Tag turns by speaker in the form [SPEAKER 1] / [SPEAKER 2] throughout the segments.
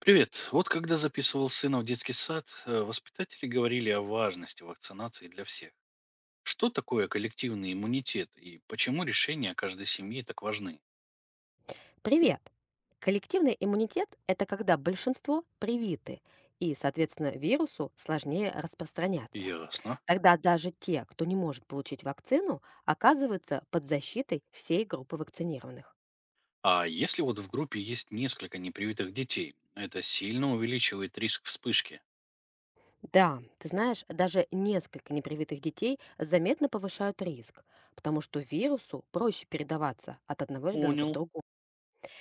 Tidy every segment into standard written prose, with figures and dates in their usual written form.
[SPEAKER 1] Привет. Вот когда записывал сына в детский сад, воспитатели говорили о важности вакцинации для всех. Что такое коллективный иммунитет и почему решения каждой семьи так важны?
[SPEAKER 2] Привет! Коллективный иммунитет– это когда большинство привиты, и, соответственно, вирусу сложнее распространяться.
[SPEAKER 1] Ясно.
[SPEAKER 2] Тогда даже те, кто не может получить вакцину, оказываются под защитой всей группы вакцинированных.
[SPEAKER 1] А если вот в группе есть несколько непривитых детей, это сильно увеличивает риск вспышки?
[SPEAKER 2] Да, ты знаешь, даже несколько непривитых детей заметно повышают риск, потому что вирусу проще передаваться от одного ребенка к
[SPEAKER 1] Понял.
[SPEAKER 2] другому.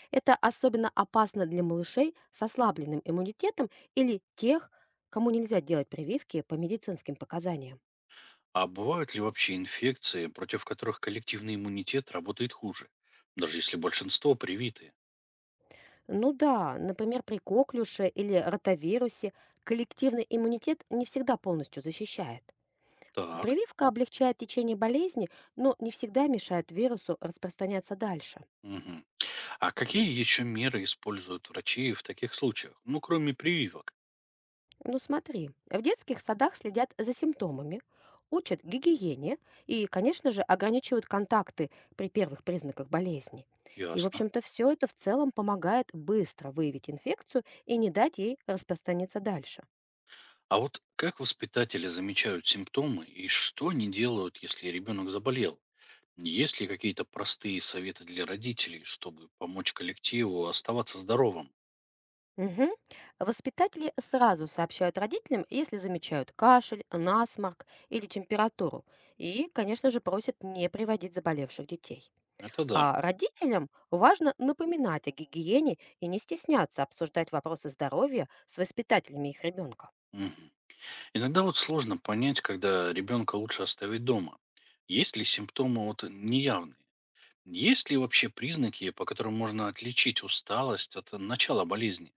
[SPEAKER 2] Это особенно опасно для малышей с ослабленным иммунитетом или тех, кому нельзя делать прививки по медицинским показаниям.
[SPEAKER 1] А бывают ли вообще инфекции, против которых коллективный иммунитет работает хуже? Даже если большинство привиты.
[SPEAKER 2] Ну да, например, при коклюше или ротавирусе коллективный иммунитет не всегда полностью защищает.
[SPEAKER 1] Так.
[SPEAKER 2] Прививка облегчает течение болезни, но не всегда мешает вирусу распространяться дальше.
[SPEAKER 1] Мгм. А какие еще меры используют врачи в таких случаях? Ну, кроме прививок.
[SPEAKER 2] Ну смотри, в детских садах следят за симптомами, учат гигиене и, конечно же, ограничивают контакты при первых признаках болезни. И, в
[SPEAKER 1] Ясно.
[SPEAKER 2] общем-то, все это в целом помогает быстро выявить инфекцию и не дать ей распространиться дальше.
[SPEAKER 1] А вот как воспитатели замечают симптомы и что они делают, если ребенок заболел? Есть ли какие-то простые советы для родителей, чтобы помочь коллективу оставаться здоровым?
[SPEAKER 2] Мгм. Воспитатели сразу сообщают родителям, если замечают кашель, насморк или температуру. И, конечно же, просят не приводить заболевших детей.
[SPEAKER 1] Это да.
[SPEAKER 2] А родителям важно напоминать о гигиене и не стесняться обсуждать вопросы здоровья с воспитателями их ребенка.
[SPEAKER 1] Мгм. Иногда вот сложно понять, когда ребенка лучше оставить дома. Есть ли симптомы вот неявные? Есть ли вообще признаки, по которым можно отличить усталость от начала болезни?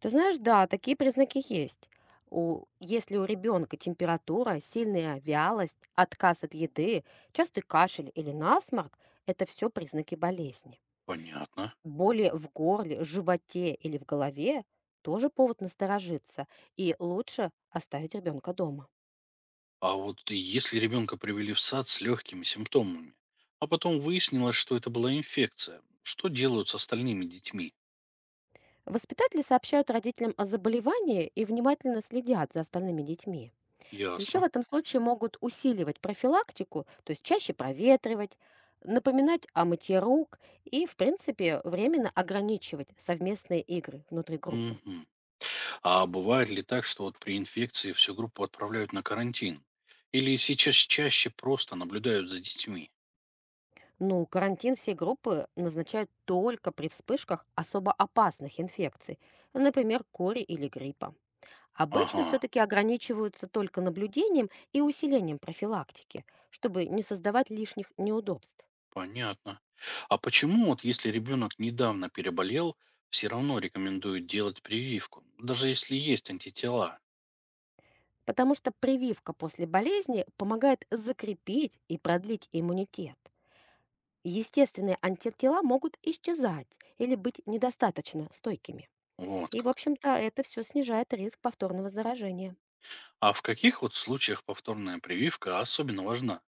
[SPEAKER 2] Ты знаешь, да, такие признаки есть. Если у ребенка температура, сильная вялость, отказ от еды, частый кашель или насморк, это все признаки болезни.
[SPEAKER 1] Понятно.
[SPEAKER 2] Боли в горле, животе или в голове тоже повод насторожиться, и лучше оставить ребенка дома.
[SPEAKER 1] А вот и если ребенка привели в сад с легкими симптомами, а потом выяснилось, что это была инфекция, что делают с остальными детьми?
[SPEAKER 2] Воспитатели сообщают родителям о заболевании и внимательно следят за остальными детьми. Еще в
[SPEAKER 1] Ясно.
[SPEAKER 2] этом случае могут усиливать профилактику, то есть чаще проветривать, напоминать о мытье рук и, в принципе, временно ограничивать совместные игры внутри группы.
[SPEAKER 1] Мгм. А бывает ли так, что вот при инфекции всю группу отправляют на карантин? Или сейчас чаще просто наблюдают за детьми?
[SPEAKER 2] Ну, карантин всей группы назначают только при вспышках особо опасных инфекций, например, кори или гриппа. Обычно
[SPEAKER 1] Ага,
[SPEAKER 2] все-таки ограничиваются только наблюдением и усилением профилактики, чтобы не создавать лишних неудобств.
[SPEAKER 1] понятно. А почему вот если ребенок недавно переболел, все равно рекомендуют делать прививку, даже если есть антитела?
[SPEAKER 2] Потому что прививка после болезни помогает закрепить и продлить иммунитет. Естественные антитела могут исчезать или быть недостаточно стойкими.
[SPEAKER 1] Вот
[SPEAKER 2] И, в
[SPEAKER 1] как.
[SPEAKER 2] общем-то, это все снижает риск повторного заражения.
[SPEAKER 1] А в каких вот случаях повторная прививка особенно важна?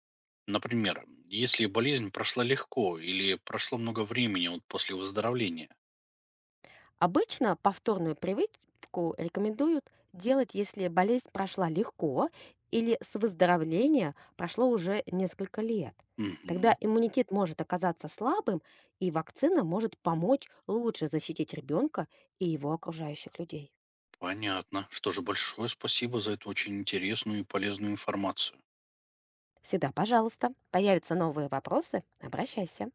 [SPEAKER 1] Например, если болезнь прошла легко или прошло много времени вот после выздоровления.
[SPEAKER 2] Обычно повторную привычку рекомендуют делать, если болезнь прошла легко или с выздоровления прошло уже несколько лет.
[SPEAKER 1] Мгм,
[SPEAKER 2] Тогда иммунитет может оказаться слабым, и вакцина может помочь лучше защитить ребенка и его окружающих людей.
[SPEAKER 1] понятно. Что же, большое спасибо за эту очень интересную и полезную информацию.
[SPEAKER 2] Всегда, пожалуйста, появятся новые вопросы, обращайся.